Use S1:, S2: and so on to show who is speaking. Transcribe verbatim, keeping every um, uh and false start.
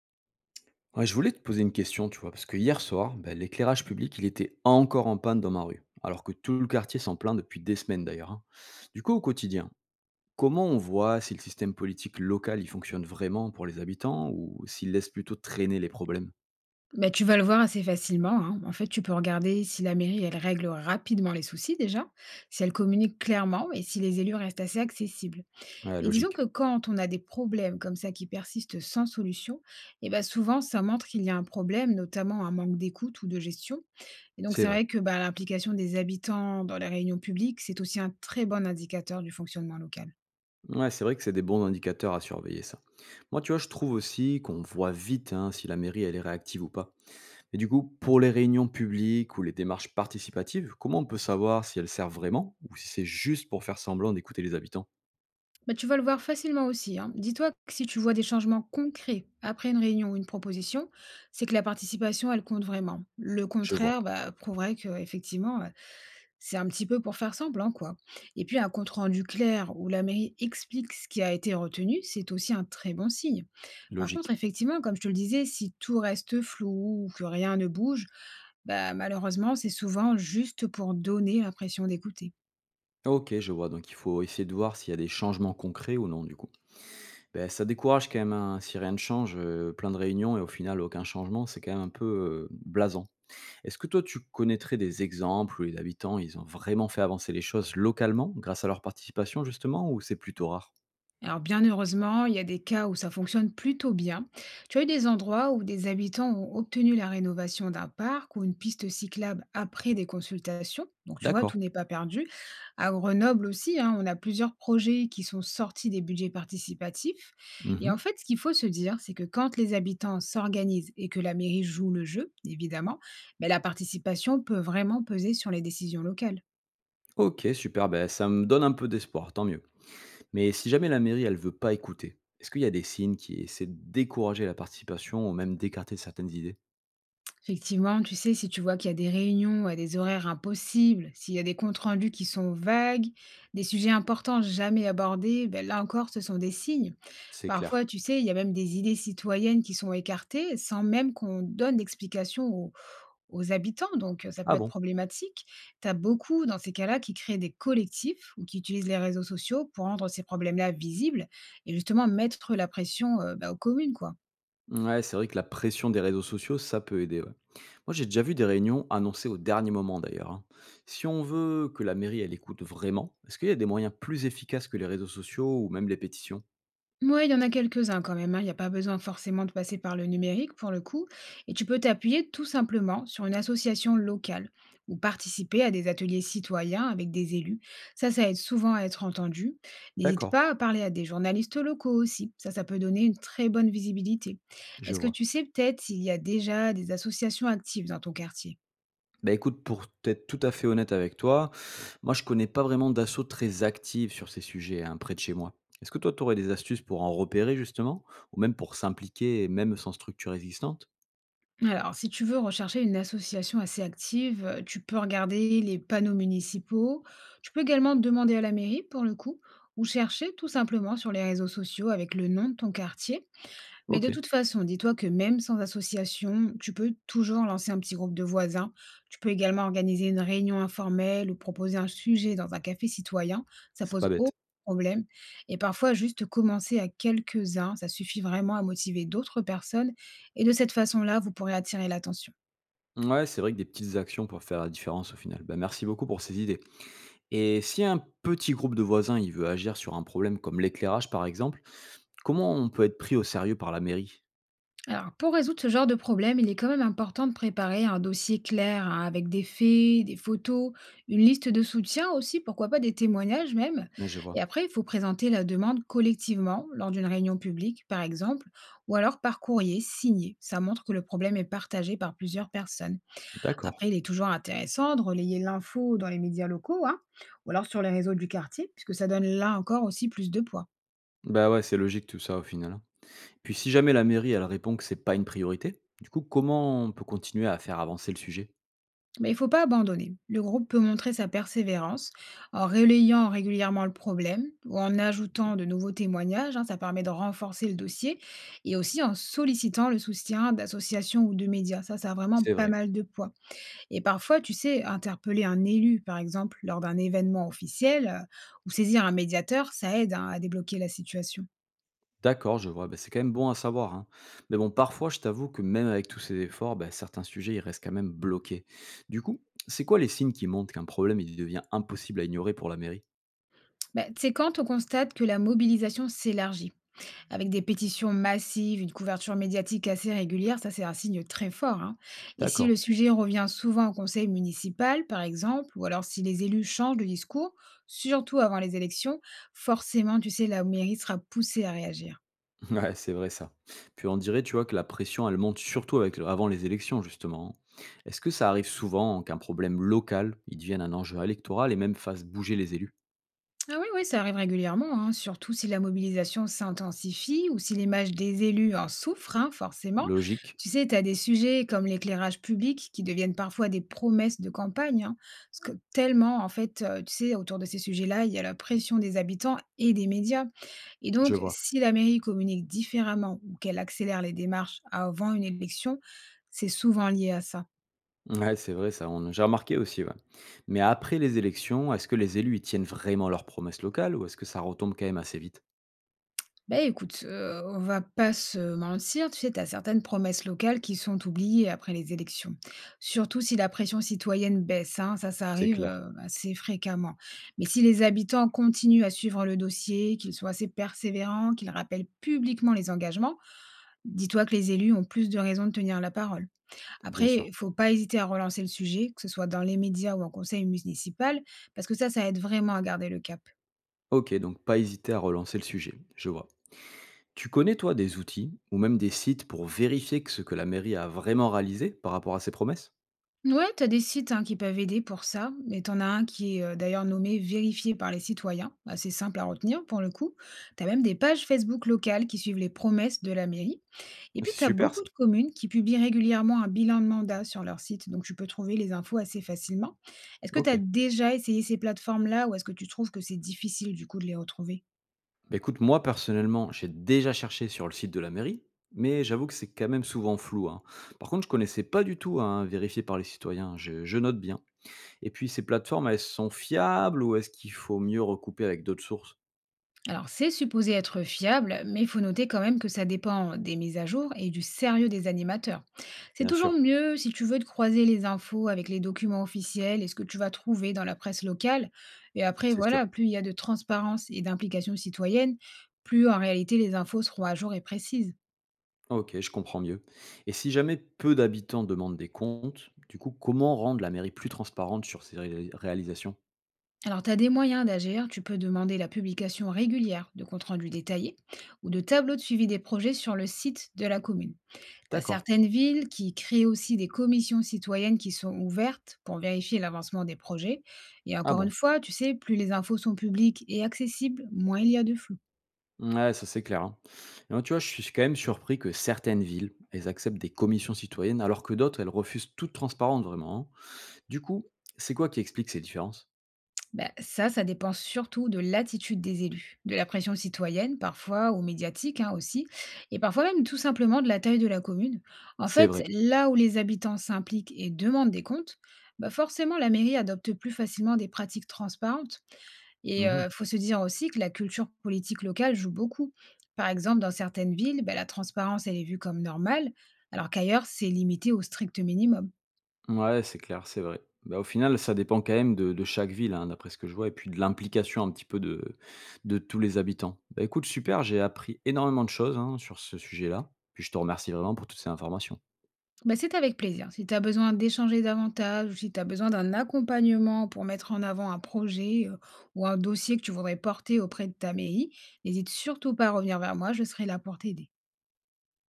S1: Ouais, je voulais te poser une question, tu vois, parce que hier soir, ben, l'éclairage public, il était encore en panne dans ma rue, alors que tout le quartier s'en plaint depuis des semaines d'ailleurs, hein. Du coup, au quotidien, comment on voit si le système politique local, il fonctionne vraiment pour les habitants ou s'il laisse plutôt traîner les problèmes?
S2: Bah, tu vas le voir assez facilement, hein. En fait, tu peux regarder si la mairie, elle règle rapidement les soucis déjà, si elle communique clairement et si les élus restent assez accessibles.
S1: Ouais,
S2: Et disons
S1: logique.
S2: que quand on a des problèmes comme ça qui persistent sans solution, eh ben souvent, ça montre qu'il y a un problème, notamment un manque d'écoute ou de gestion. Et donc,
S1: C'est
S2: c'est
S1: vrai.
S2: vrai que bah, l'implication des habitants dans les réunions publiques, c'est aussi un très bon indicateur du fonctionnement local.
S1: Ouais, c'est vrai que c'est des bons indicateurs à surveiller ça. Moi, tu vois, je trouve aussi qu'on voit vite, hein, si la mairie, elle est réactive ou pas. Et du coup, pour les réunions publiques ou les démarches participatives, comment on peut savoir si elles servent vraiment ou si c'est juste pour faire semblant d'écouter les habitants?
S2: Bah, tu vas le voir facilement aussi, hein. Dis-toi que si tu vois des changements concrets après une réunion ou une proposition, c'est que la participation, elle compte vraiment. Le
S1: Je vois,
S2: contraire bah, prouverait que effectivement, euh, c'est un petit peu pour faire semblant, quoi. Et puis un compte rendu clair où la mairie explique ce qui a été retenu, c'est aussi un très bon signe. Par contre,
S1: logique.
S2: effectivement, comme je te le disais, si tout reste flou ou que rien ne bouge, bah, malheureusement, c'est souvent juste pour donner l'impression d'écouter.
S1: Ok, je vois, donc il faut essayer de voir s'il y a des changements concrets ou non, du coup. Ben, ça décourage quand même, hein, si rien ne change, euh, plein de réunions et au final aucun changement, c'est quand même un peu euh, blasant. Est-ce que toi, tu connaîtrais des exemples où les habitants, ils ont vraiment fait avancer les choses localement grâce à leur participation, justement, ou c'est plutôt rare?
S2: Alors bien heureusement, il y a des cas où ça fonctionne plutôt bien. Tu as eu des endroits où des habitants ont obtenu la rénovation d'un parc ou une piste cyclable après des consultations. Donc tu vois,
S1: D'accord.
S2: tout n'est pas perdu. À Grenoble aussi, hein, on a plusieurs projets qui sont sortis des budgets participatifs. Et
S1: Mhm.
S2: en fait, ce qu'il faut se dire, c'est que quand les habitants s'organisent et que la mairie joue le jeu, évidemment, ben, la participation peut vraiment peser sur les décisions locales.
S1: Ok, super, ben, ça me donne un peu d'espoir, tant mieux. Mais si jamais la mairie, elle veut pas écouter, est-ce qu'il y a des signes qui essaient de décourager la participation ou même d'écarter certaines idées?
S2: Effectivement, tu sais, si tu vois qu'il y a des réunions à des horaires impossibles, s'il y a des comptes rendus qui sont vagues, des sujets importants jamais abordés, ben là encore, ce sont des signes.
S1: C'est clair.
S2: Parfois, tu sais, il y a même des idées citoyennes qui sont écartées sans même qu'on donne d'explication aux, aux habitants. Donc, euh, ça peut
S1: Ah
S2: être
S1: bon?
S2: problématique. Tu as beaucoup, dans ces cas-là, qui créent des collectifs ou qui utilisent les réseaux sociaux pour rendre ces problèmes-là visibles et justement mettre la pression euh, ben, aux communes, quoi.
S1: Ouais, c'est vrai que la pression des réseaux sociaux, ça peut aider, ouais. Moi, j'ai déjà vu des réunions annoncées au dernier moment d'ailleurs, hein. Si on veut que la mairie, elle écoute vraiment, est-ce qu'il y a des moyens plus efficaces que les réseaux sociaux ou même les pétitions?
S2: Ouais, il y en a quelques-uns quand même, hein. Il n'y a pas besoin forcément de passer par le numérique pour le coup et tu peux t'appuyer tout simplement sur une association locale ou participer à des ateliers citoyens avec des élus. Ça, ça aide souvent à être entendu. N'hésite
S1: D'accord,
S2: pas à parler à des journalistes locaux aussi. Ça, ça peut donner une très bonne visibilité.
S1: je
S2: Est-ce que
S1: vois.
S2: tu sais peut-être s'il y a déjà des associations actives dans ton quartier?
S1: Bah, écoute, pour être tout à fait honnête avec toi, moi, je connais pas vraiment d'assaut très active sur ces sujets, hein, près de chez moi. Est-ce que toi, tu aurais des astuces pour en repérer, justement, ou même pour s'impliquer, même sans structure existante?
S2: Alors, si tu veux rechercher une association assez active, euh, tu peux regarder les panneaux municipaux. Tu peux également demander à la mairie pour le coup, ou chercher tout simplement sur les réseaux sociaux avec le nom de ton quartier. Mais
S1: Ok,
S2: de toute façon, dis-toi que même sans association, tu peux toujours lancer un petit groupe de voisins. Tu peux également organiser une réunion informelle ou proposer un sujet dans un café citoyen. Ça
S1: c'est pas
S2: pose aucun
S1: bête.
S2: problème. Et parfois, juste commencer à quelques-uns, ça suffit vraiment à motiver d'autres personnes. Et de cette façon-là, vous pourrez attirer l'attention.
S1: Ouais, c'est vrai que des petites actions peuvent faire la différence au final. Bah, merci beaucoup pour ces idées. Et si un petit groupe de voisins, il veut agir sur un problème comme l'éclairage, par exemple, comment on peut être pris au sérieux par la mairie?
S2: Alors, pour résoudre ce genre de problème, il est quand même important de préparer un dossier clair hein, avec des faits, des photos, une liste de soutien aussi, pourquoi pas des témoignages même.
S1: Ouais, je
S2: Et
S1: vois.
S2: après, il faut présenter la demande collectivement lors d'une réunion publique, par exemple, ou alors par courrier signé. Ça montre que le problème est partagé par plusieurs personnes.
S1: D'accord.
S2: Après, il est toujours intéressant de relayer l'info dans les médias locaux, hein, ou alors sur les réseaux du quartier, puisque ça donne là encore aussi plus de poids.
S1: Bah ouais, c'est logique tout ça au final. Puis si jamais la mairie, elle répond que c'est pas une priorité, du coup, comment on peut continuer à faire avancer le sujet?
S2: Mais il ne faut pas abandonner. Le groupe peut montrer sa persévérance en relayant régulièrement le problème ou en ajoutant de nouveaux témoignages, hein, ça permet de renforcer le dossier et aussi en sollicitant le soutien d'associations ou de médias. Ça, ça a vraiment
S1: C'est
S2: pas
S1: vrai.
S2: mal de poids. Et parfois, tu sais, interpeller un élu, par exemple, lors d'un événement officiel euh, ou saisir un médiateur, ça aide hein, à débloquer la situation.
S1: D'accord, je vois. Ben c'est quand même bon à savoir, hein. Mais bon, parfois, je t'avoue que même avec tous ces efforts, bah, certains sujets, ils restent quand même bloqués. Du coup, c'est quoi les signes qui montrent qu'un problème, il devient impossible à ignorer pour la mairie?
S2: Bah, c'est quand on constate que la mobilisation s'élargit avec des pétitions massives, une couverture médiatique assez régulière, ça c'est un signe très fort, hein. Et si
S1: D'accord.
S2: le sujet revient souvent au conseil municipal, par exemple, ou alors si les élus changent de discours, surtout avant les élections, forcément, tu sais, la mairie sera poussée à réagir.
S1: Ouais, c'est vrai ça. Puis on dirait, tu vois, que la pression, elle monte surtout avec le- avant les élections, justement, hein. Est-ce que ça arrive souvent qu'un problème local, il devienne un enjeu électoral et même fasse bouger les élus?
S2: Ah oui, oui, ça arrive régulièrement, hein, surtout si la mobilisation s'intensifie ou si l'image des élus en souffre, hein, forcément.
S1: Logique,
S2: Tu sais, tu as des sujets comme l'éclairage public qui deviennent parfois des promesses de campagne, hein, parce que tellement, en fait, euh, tu sais, autour de ces sujets-là, il y a la pression des habitants et des médias. Et
S1: je
S2: donc,
S1: vois.
S2: si la mairie communique différemment ou qu'elle accélère les démarches avant une élection, c'est souvent lié à ça.
S1: Ouais, c'est vrai ça, on j'ai remarqué aussi, ouais. Mais après les élections, est-ce que les élus, y tiennent vraiment leurs promesses locales ou est-ce que ça retombe quand même assez vite?
S2: Bah, écoute, heu, on va pas se mentir, tu sais, t'as certaines promesses locales qui sont oubliées après les élections. Surtout si la pression citoyenne baisse, hein, ça, ça
S1: C'est
S2: arrive,
S1: clair.
S2: heu, assez fréquemment. Mais si les habitants continuent à suivre le dossier, qu'ils soient assez persévérants, qu'ils rappellent publiquement les engagements, dis-toi que les élus ont plus de raisons de tenir la parole.
S1: Bien sûr.
S2: Après, faut pas hésiter à relancer le sujet, que ce soit dans les médias ou en conseil municipal, parce que ça, ça aide vraiment à garder le cap.
S1: Ok, donc pas hésiter à relancer le sujet, je vois. Tu connais, toi, des outils ou même des sites pour vérifier que ce que la mairie a vraiment réalisé par rapport à ses promesses?
S2: Ouais, t'as des sites hein, qui peuvent aider pour ça, mais t'en as un qui est euh, d'ailleurs nommé Vérifié par les citoyens, assez simple à retenir pour le coup. T'as même des pages Facebook locales qui suivent les promesses de la mairie. Et
S1: Ah, c'est
S2: puis t'as
S1: super
S2: beaucoup
S1: ça.
S2: de communes qui publient régulièrement un bilan de mandat sur leur site, donc tu peux trouver les infos assez facilement. Est-ce que
S1: Ok.
S2: t'as déjà essayé ces plateformes-là ou est-ce que tu trouves que c'est difficile du coup de les retrouver?
S1: Bah écoute, moi personnellement, j'ai déjà cherché sur le site de la mairie, mais j'avoue que c'est quand même souvent flou, hein. Par contre, je connaissais pas du tout à vérifier par les citoyens, je, je note bien. Et puis ces plateformes, elles sont fiables ou est-ce qu'il faut mieux recouper avec d'autres sources?
S2: Alors, c'est supposé être fiable, mais il faut noter quand même que ça dépend des mises à jour et du sérieux des animateurs. C'est
S1: Bien
S2: toujours
S1: sûr,
S2: mieux, si tu veux, de croiser les infos avec les documents officiels et ce que tu vas trouver dans la presse locale. Et après,
S1: c'est sûr.
S2: voilà, plus il y a de transparence et d'implication citoyenne, plus en réalité les infos seront à jour et précises.
S1: OK, je comprends mieux. Et si jamais peu d'habitants demandent des comptes, du coup, comment rendre la mairie plus transparente sur ses ré- réalisations?
S2: Alors, tu as des moyens d'agir. Tu peux demander la publication régulière de comptes rendus détaillés ou de tableaux de suivi des projets sur le site de la commune. Tu as
S1: D'accord.
S2: certaines villes qui créent aussi des commissions citoyennes qui sont ouvertes pour vérifier l'avancement des projets. Et
S1: Ah
S2: encore
S1: bon?
S2: une fois, tu sais, plus les infos sont publiques et accessibles, moins il y a de flou.
S1: Ouais, ça c'est clair, hein. Et moi, tu vois, je suis quand même surpris que certaines villes, elles acceptent des commissions citoyennes, alors que d'autres, elles refusent toute transparence, vraiment, hein. Du coup, c'est quoi qui explique ces différences?
S2: Bah, ça, ça dépend surtout de l'attitude des élus, de la pression citoyenne parfois, ou médiatique hein, aussi, et parfois même tout simplement de la taille de la commune. En
S1: C'est
S2: fait,
S1: vrai.
S2: là où les habitants s'impliquent et demandent des comptes, bah forcément la mairie adopte plus facilement des pratiques transparentes. Et
S1: Mhm.
S2: heu, faut se dire aussi que la culture politique locale joue beaucoup. Par exemple, dans certaines villes, bah, la transparence, elle est vue comme normale, alors qu'ailleurs, c'est limité au strict minimum.
S1: Ouais, c'est clair, c'est vrai. Bah, au final, ça dépend quand même de de chaque ville, hein, d'après ce que je vois et puis de l'implication un petit peu de de tous les habitants. Bah, écoute, super, j'ai appris énormément de choses, hein, sur ce sujet-là, puis je te remercie vraiment pour toutes ces informations.
S2: Bah, c'est avec plaisir. Si tu as besoin d'échanger davantage ou si tu as besoin d'un accompagnement pour mettre en avant un projet, heu, ou un dossier que tu voudrais porter auprès de ta mairie, n'hésite surtout pas à revenir vers moi, je serai là pour t'aider.